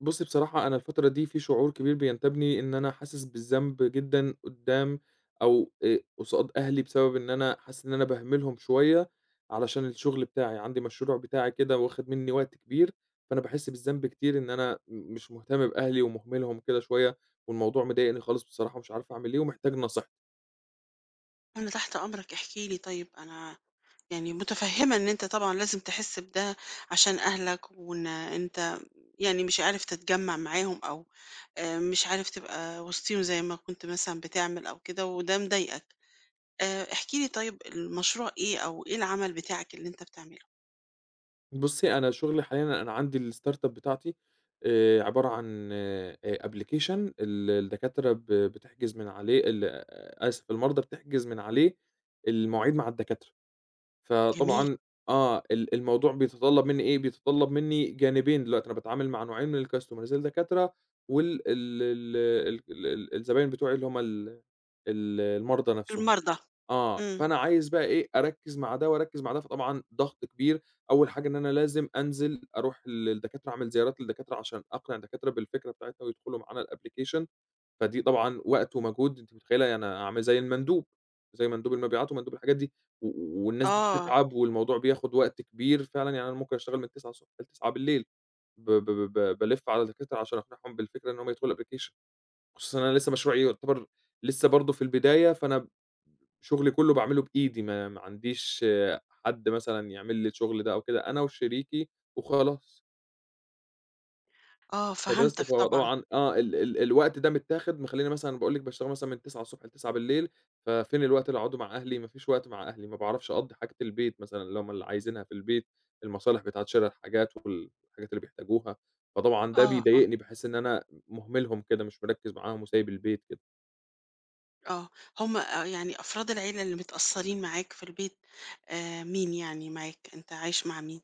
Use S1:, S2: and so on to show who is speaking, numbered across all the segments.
S1: بُصّي، بصراحة أنا الفترة دي في شعور كبير بينتابني إن أنا حاسس بالذنب جدًا قدّام أو قصاد أهلي، بسبب إن أنا حاسس إن أنا باهملهم شوية علشان الشغل بتاعي، عندي مشروع بتاعي كده واخد منّي وقت كبير، فأنا باحس بالذنب كتير إن أنا مش مهتم بأهلي ومهملهم كده شوية، والموضوع مضايقني خالص بصراحة ومش عارف أعمل إيه ومحتاج نصيحتِك.
S2: أنا تحت أمرك احكِ لي طيب، أنا يعني متفهّمة إن أنت طبعًا لازم تحس بده عشان أهلك، وإن أنت يعني مش عارف تتجمّع معاهم أو مش عارف تبقى وسطيهم زي ما كنت مثلًا بتعمل أو كده، وده مضايقك. احكِ لي طيب المشروع إيه أو إيه العمل بتاعك اللي أنت بتعمله؟
S1: بُصّي، أنا شغلي حاليًا أنا عندي الstartup بتاعتي عبارة عن application الدكاترة بتحجز من عليه ال آه، آسف، المرضى بتحجز من عليه المواعيد مع الدكاترة،
S2: جميل،
S1: فطبعًا الموضوع بيتطلب مني إيه، بيتطلب مني جانبين دلوقتي، أنا باتعامل مع نوعين من الcustomers الدكاترة وال ال ال ال ال الزباين بتوعي اللي هم ال ال المرضى نفسهم.
S2: المرضى.
S1: آه،
S2: إمم.
S1: فأنا عايز بقى إيه، أركّز مع ده وأركّز مع ده، فطبعًا ضغط كبير، أول حاجة إن أنا لازم أنزل أروح للدكاترة، أعمل زيارات للدكاترة عشان أقنع الدكاترة بالفكرة بتاعتنا ويدخلوا معانا الapplication، فدي طبعًا وقت ومجهود أنتِ متخيّلة يعني أنا أعمل زي المندوب، زي مندوب المبيعات ومندوب الحاجات دي، والناس دي
S2: آه،
S1: بتتعب والموضوع بياخد وقت كبير فعلًا، يعني أنا ممكن أشتغل من 09:00 ل21:00 ب ب ب بالِف على الدكاترة عشان أقنعهم بالفكرة إن هم يدخلوا الapplication، خصوصًا إن أنا لسه مشروعي يعتبر لسه برضه في البداية، فأنا شغلي كلّه باعمله بإيدي، ما عنديش حد مثلًا يعمل لي الشغل ده أو كده، أنا وشريكي وخلاص.
S2: آه
S1: فبس
S2: فهمتك
S1: فهو
S2: طبعًا.
S1: طبعًا ال ال الوقت ده متاخد مخلّيني مثلًا باقول لِك باشتغل مثلًا من 09:00 ص ل21:00 ففين الوقت اللي أقعده مع أهلي؟ ما فيش وقت مع أهلي، ما باعرفش أقضّي حاجة البيت مثلًا اللي هم اللي عايزينها في البيت، المصالح بتاعة شِرا الحاجات والحاجات اللي بيحتاجوها، فطبعًا ده
S2: آه، آه،
S1: بيضايقني، باحس إن أنا مهملهم كده، مش مركّز معاهم وسايب البيت كده.
S2: آه. هم يعني أفراد العيلة اللي متأثّرين معاك في البيت مين يعني معاك؟ أنت عايش مع مين؟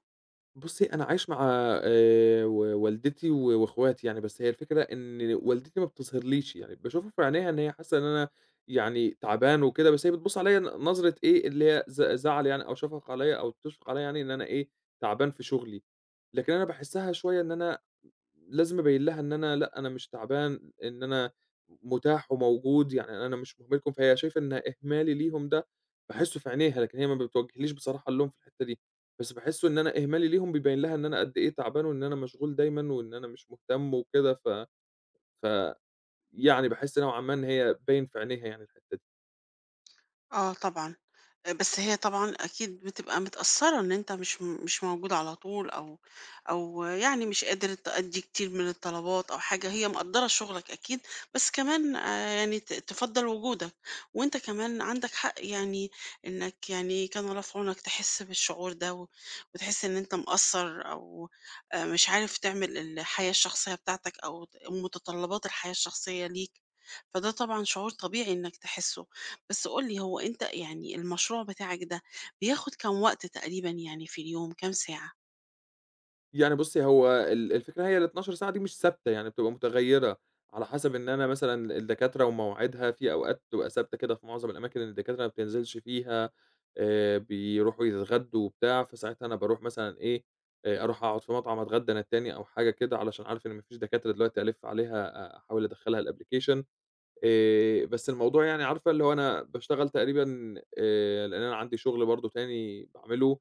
S1: بُصّي، أنا عايش مع و والدتي واخواتي يعني، بس هي الفكرة إن والدتي ما بتظهرليش، يعني باشوفها في عينيها إن هي حاسة إن أنا يعني تعبان وكده، بس هي بتبُص عليَّ نظرة إيه، اللي هي زعل يعني أو شفقة عليَّ أو تشفق عليَّ يعني إن أنا إيه، تعبان في شغلي. لكن أنا باحسها شوية إن أنا لازم أبيّن لها إن أنا لأ، أنا مش تعبان، إن أنا متاح وموجود، يعني أنا مش مهملكم، فهي شايفة إن إهمالي ليهم ده باحسّه في عينيها، لكن هي ما بتوجهليش بصراحة اللوم في الحتّة دي، بس باحسّه إن أنا إهمالي ليهم بيبيّن لها إن أنا قد إيه تعبان وإن أنا مشغول دايمًا وإن أنا مش مهتم وكده، ف ف يعني باحس نوعًا ما إن هي باين في عينيها يعني الحتّة دي.
S2: آه طبعًا، بس هي طبعًا أكيد بتبقى متأثّرة إن أنت مش موجود على طول أو يعني مش قادر تأدّي كتير من الطلبات أو حاجة، هي مقدّرة شغلك أكيد، بس كمان يعني تفضّل وجودك، وأنت كمان عندك حق يعني إنك يعني كان الله في عونك تحس بالشعور ده و وتحس إن أنت مقصّر أو مش عارف تعمل الحياة الشخصية بتاعتك أو متطلّبات الحياة الشخصية ليك، فده طبعًا شعور طبيعي إنك تحسّه. بس قُل لي هو أنت يعني المشروع بتاعك ده بياخد كام وقت تقريبًا يعني في اليوم، كام ساعة؟
S1: يعني بُصّي، هو الفكرة هي ال12 ساعة دي مش ثابتة، يعني بتبقى متغيّرة على حسب إن أنا مثلًا الدكاترة ومواعيدها، في أوقات بتبقى ثابتة كده في معظم الأماكن اللي الدكاترة ما بتنزلش فيها، بيروحوا يتغدّوا وبتاع، فساعتها أنا باروح مثلًا إيه، أروح أقعد في مطعم أتغدّى أنا التاني أو حاجة كده علشان عارف إن ما فيش دكاترة دلوقتي ألِف عليها أحاول أدخّلها الapplication بس الموضوع يعني عارفة اللي هو أنا باشتغل تقريبًا لإن أنا عندي شغل برضه تاني باعمله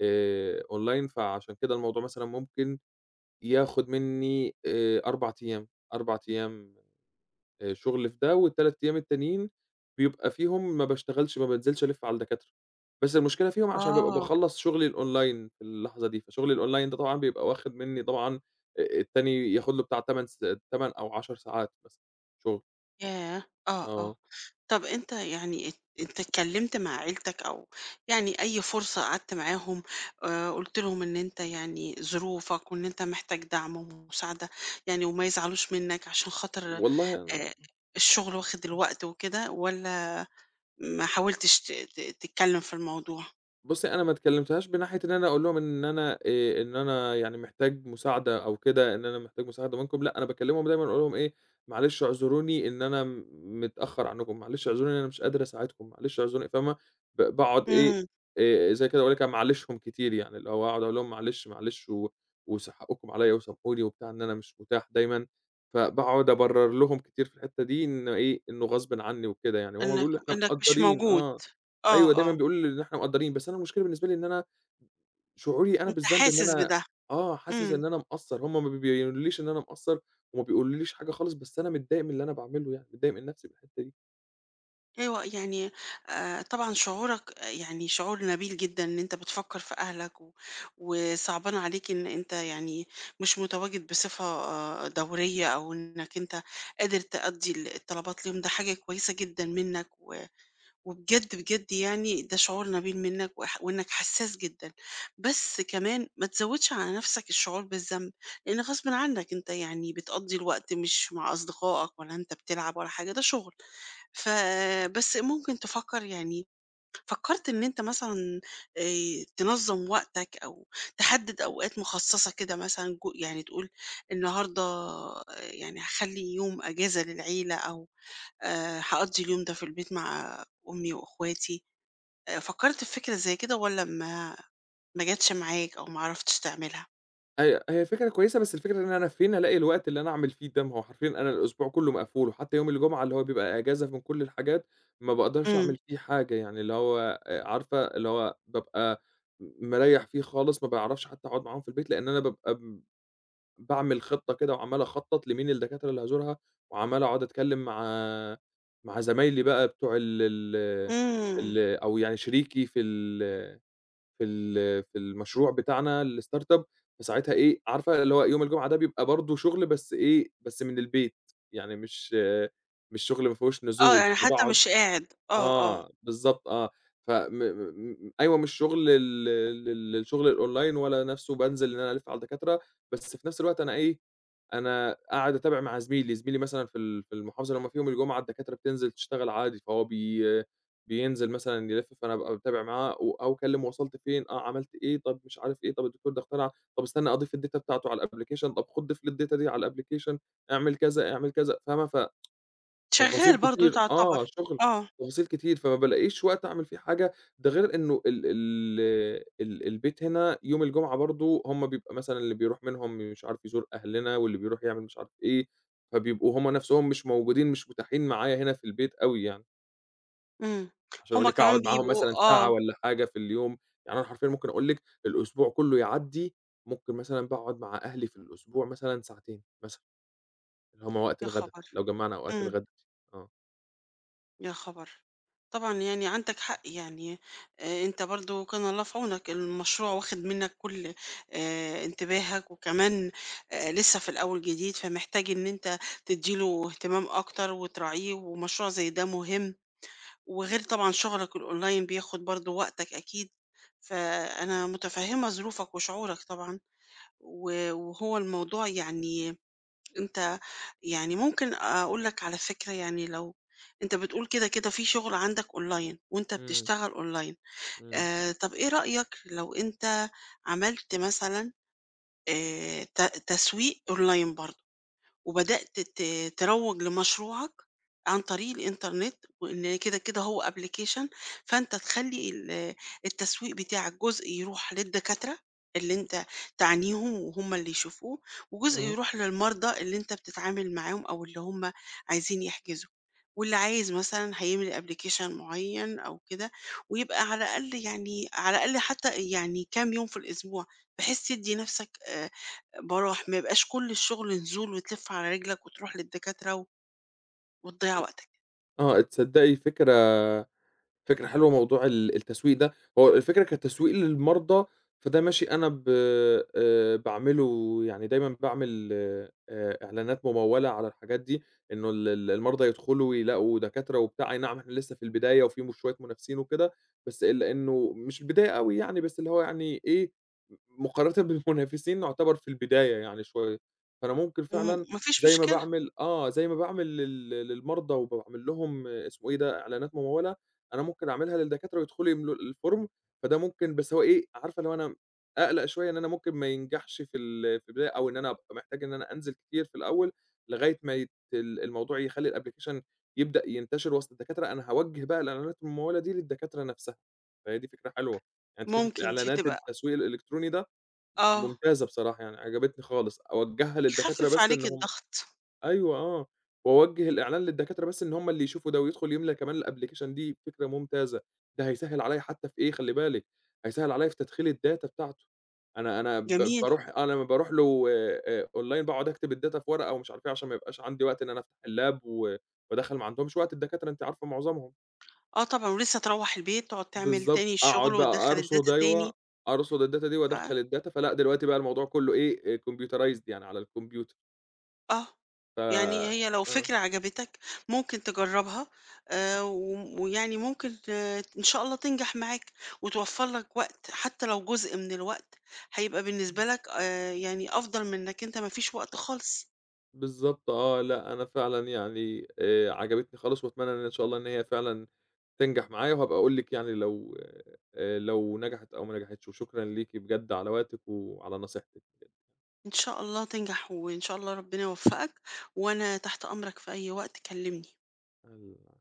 S1: أونلاين، فعشان كده الموضوع مثلًا ممكن ياخد منّي 4 أيام، 4 أيام شغل في ده، وال3 أيام التانيين بيبقى فيهم ما باشتغلش، ما بانزلش ألِف على الدكاترة، بس المشكلة فيهم عشان بابقى
S2: آه.
S1: باخلّص شغلي الأونلاين في اللحظة دي، فشغلي الأونلاين ده طبعًا بيبقى واخد منّي طبعًا التاني ياخد له بتاع 8 أو 10 ساعات مثلًا شغل،
S2: ياه! آه، آه.
S1: آه،
S2: طَب أنت يعني أنت اتكلمت مع عيلتك أو يعني أي فرصة قعدت معاهم قُلت لهم إن أنت يعني ظروفك وإن أنت محتاج دعم ومساعدة يعني وما يزعلوش منّك عشان خاطر
S1: والله يعني
S2: آآ، الشغل واخد الوقت وكده والّا ما حاولتش ت ت تتكلم في الموضوع؟
S1: بُصّي، أنا ما اتكلمتهاش بناحية إن أنا أقول لهم إن أنا إن أنا يعني محتاج مساعدة أو كده، إن أنا محتاج مساعدة منكم، لأ، أنا باكلمهم دايمًا أقول لهم إيه، معلش اعذروني إن أنا متأخر عنكم، معلش اعذروني إن أنا مش قادر أساعدكم، معلش اعذروني فاهمة؟ باقعد إيه،
S2: إمم،
S1: زي كده أقول لِك أمعلشهم كتير يعني، اللي هو أقعد أقول لهم معلش، معلش و وس حقكم عليّا وسامحوني وبتاع، إن أنا مش متاح دايمًا، فباقعد أبرر لهم كتير في الحتة دي إن إيه، إنه غصبٍ عني وكده يعني، وهُم
S2: إنّك
S1: بيقولوا لي إحنا
S2: إنّك مش
S1: مقدّرين،
S2: موجود.
S1: آه. أيوه،
S2: آه،
S1: دايمًا
S2: آه.
S1: بيقول إن إحنا مقدّرين، بس أنا المشكلة بالنسبة لي إن أنا شعوري أنا
S2: أنت
S1: بالذنب إن
S2: حاسس
S1: أنا
S2: بده،
S1: آه، حاسس
S2: إمم،
S1: إن أنا مقصّر، هم ما بيبينوليش إن أنا مقصّر وما بيقولوليش حاجة خالص، بس أنا متضايق من اللي أنا باعمله يعني، متضايق من نفسي من الحتّة دي.
S2: أيوه يعني طبعًا شعورك آه، يعني شعور نبيل جدًا إن أنت بتفكّر في أهلك و وصعبان عليك إن أنت يعني مش متواجد بصفة دورية أو إنك أنت قادر تأدّي الطلبات ليهم، ده حاجة كويسة جدًا منّك و وبجد، بجد يعني ده شعور نبيل منّك وإنّك حسّاس جدًا، بس كمان ما تزوّدش على نَفْسك الشعور بالذنب، لإن غصبٍ عنّك أنت يعني بتقضّي الوقت مش مع أصدقائك ولا أنت بتلعب ولا حاجة، ده شغل. ف بس ممكن تفكّر يعني فكّرت إن أنت مثلًا تنظّم وقتك أو تحدّد أوقات مخصّصة كده مثلًا جو يعني تقول النهارده يعني هاخلّي يوم أجازة للعيلة أو هاقضّي اليوم ده في البيت مع أمي وأخواتي. فكّرت في فكرة زي كده والّا ما جاتش معاك أو ما عرفتش تعملها؟
S1: هي فكرة كويسة، بس الفكرة إن أنا فين ألاقي الوقت اللي أنا أعمل فيه ده؟ ما هو حرفيًا أنا الأسبوع كلّه مقفول، وحتى يوم الجمعة اللي هو بيبقى إجازة من كل الحاجات، ما باقدرش
S2: إمم،
S1: أعمل فيه حاجة يعني، اللي هو عارفة اللي هو بابقى مريّح فيه خالص، ما باعرفش حتى أقعد معاهم في البيت، لإن أنا بابقى باعمل خطة كده وعمّال أخطّط لمين الدكاترة اللي هازورها، وعمّال أقعد أتكلّم مع زمايلي بقى بتوع ال ال
S2: إمم،
S1: ال أو يعني شريكي في المشروع بتاعنا الstartup فساعتها إيه، عارفة اللي هو يوم الجمعة ده بيبقى برضه شغل بس إيه، بس من البيت، يعني مش شغل ما فيهوش
S2: آه،
S1: نزول،
S2: يعني حتى
S1: فباقعد
S2: مش قاعد، آه، آه،
S1: آه، بالضبط آه، فم م م م- أيوه مش شغل الشغل الأونلاين ولا نَفْسه بانزل إن أنا ألِف على الدكاترة، بس في نَفْس الوقت أنا إيه، أنا قاعد أتابع مع زميلي، زميلي مثلًا في المحافظة اللي هم فيهم الجمعة الدكاترة بتنزل تشتغل عادي، فهو بينزل مثلًا يلِف، فأنا بابقى باتابع معاه أو أكلِّمه وصلت فين، آه عملت إيه، طَب مش عارف إيه، طَب الدكتور ده اخترع، طَب استنى أضيف الdata بتاعته على الapplication، طَب خُد ضيف لي الdata دي على الapplication، اعمل كذا، اعمل كذا، فاهمة؟
S2: شغّال
S1: تفاصيل
S2: برضه
S1: كتير
S2: تعتبر،
S1: شغل،
S2: آه،
S1: تفاصيل كتير، فما بالاقيش وقت أعمل فيه حاجة، ده غير إنه ال ال ال البيت هنا يوم الجمعة برضه هم بيبقى مثلًا اللي بيروح منهم مش عارف يزور أهلنا، واللي بيروح يعمل مش عارف إيه، فبيبقوا هم نَفْسهم مش موجودين، مش متاحين معايا هنا في البيت أوي يعني،
S2: إمم،
S1: عشان أقول
S2: هُم
S1: لِك
S2: كمان
S1: أقعد معاهم
S2: بيبقوا
S1: مثلًا ساعة
S2: آه،
S1: والّا حاجة في اليوم، يعني أنا حرفيًا ممكن أقول لِك الأسبوع كلّه يعدّي، ممكن مثلًا باقعد مع أهلي في الأسبوع مثلًا ساعتين مثلًا، اللي هم وقت
S2: يا
S1: الغدا،
S2: خبر!
S1: لو جمّعنا أوقات
S2: إمم،
S1: الغدا، آه،
S2: يا خبر! طبعًا يعني عندك حق يعني، أنت برضه كان الله في عونك، المشروع واخد منك كل انتباهك، وكمان لسه في الأول جديد، فمحتاج إن أنت تدّي له اهتمام أكتر وتراعيه، ومشروع زي ده مهم. وغير طبعًا شغلك الأونلاين بياخد برضه وقتك أكيد، فأنا متفهمة ظروفك وشعورك طبعًا، و وهو الموضوع يعني أنت يعني ممكن أقول لك على فكرة يعني لو أنت بتقول كده كده في شغل عندك أونلاين وأنت
S1: إمم،
S2: بتشتغل أونلاين،
S1: إمم.
S2: طب إيه رأيك لو أنت عملت مثلًا آآ، ت تسويق أونلاين برضه؟ وبدأت تروّج لمشروعك عن طريق الإنترنت، وإن كده، كده هو application، فأنت تخلّي التسويق بتاعك جزء يروح للدكاترة اللي أنت تعنيهم وهُم اللي يشوفوه، وجزء
S1: آه،
S2: يروح للمرضى اللي أنت بتتعامل معاهم أو اللي هُم عايزين يحجزوا، واللي عايز مثلًا هيملي application معيّن أو كده، ويبقى على الأقل يعني على الأقل حتى يعني كام يوم في الأسبوع، بحيث تدّي نَفْسك باروح، ما يبقاش كل الشغل نزول وتلِف على رجلك وتروح للدكاترة وتضيّع وقتك،
S1: آه، تصدّقي فكرة حلوة موضوع التسويق ده، هو الفكرة كان تسويق للمرضى، فده ماشي أنا ب باعمله يعني دايمًا باعمل إعلانات ممولة على الحاجات دي، إنه ال ال المرضى يدخلوا ويلاقوا دكاترة وبتاع، أي نعم إحنا لسه في البداية وفي شوية منافسين وكده، بس إلا إنه مش البداية أوي يعني، بس اللي هو يعني إيه، مقارنةً بالمنافسين نعتبر في البداية يعني شوية، فأنا ممكن فعلًا
S2: وما فيش
S1: زي ما
S2: مشكلة،
S1: باعمل زي ما باعمل للمرضى وباعمل لهم اسمه إيه ده، إعلانات ممولة، أنا ممكن أعملها للدكاترة ويدخلوا يملوا الform فده ممكن بس هو إيه، عارفة اللي هو أنا أقلق شوية إن أنا ممكن ما ينجحش في البداية أو إن أنا أبقى محتاج إن أنا أنزل كتير في الأول لغاية ما يت ال الموضوع يخلّي الapplication يبدأ ينتشر وسط الدكاترة، أنا هاوجّه بقى الإعلانات الممولة دي للدكاترة نفسها، فهي دي فكرة حلوة، يعني أنتِ فكرة
S2: ممكن دي
S1: الإعلانات
S2: تبقى
S1: التسويق الإلكتروني ده
S2: آه،
S1: ممتازة بصراحة يعني عجبتني خالص، أوجّهها للدكاترة
S2: يخفِّف
S1: بس إن
S2: عليك
S1: هم
S2: الضغط،
S1: أيوه آه، وأوجّه الإعلان للدكاترة بس إن هُم اللي يشوفوا ده، ويدخل يملى كمان الapplication دي فكرة ممتازة، ده هيسهّل عليَّ حتى في إيه خلّي بالِك، هيسهّل عليَّ في تدخيل الdata بتاعته، أنا أنا ب
S2: جميل،
S1: باروح طبعًا. أنا لمّا باروح له online باقعد أكتب الdata في ورقة ومش عارف إيه، عشان ما يبقاش عندي وقت إن أنا أفتح اللاب وأدخّل ما عندهمش وقت الدكاترة أنتِ عارفة معظمهم،
S2: آه طبعًا، ولسه تروّح البيت تقعد تعمل
S1: بالضبط،
S2: تاني الشغل
S1: أقعد بقى
S2: وتدخّل
S1: أرصد
S2: الdata
S1: أيوه،
S2: تاني،
S1: أرصد الdata دي
S2: ف
S1: وأدخّل الdata، فلأ دلوقتي بقى الموضوع كلّه إيه، computerized يعني على الكمبيوتر،
S2: آه،
S1: ف
S2: يعني هي لو
S1: آه.
S2: فكرة عجبتك ممكن تجرّبها ويعني ممكن إن شاء الله تنجح معاك وتوفّر لك وقت، حتى لو جزء من الوقت هيبقى بالنسبة لك يعني أفضل من إنك أنت ما فيش وقت خالص.
S1: بالضبط آه، لأ أنا فعلًا يعني عجبتني خالص وأتمنى إن شاء الله إن هي فعلًا تنجح معايا، وهابقى أقول لِك يعني لو لو نجحت أو ما نجحتش، وشكرًا ليكِ بجد على وقتِك وعلى نصيحتِك.
S2: إن شاء الله تنجح وإن شاء الله ربنا يوفقك وأنا تحت أمرك في أي وقت كلمني.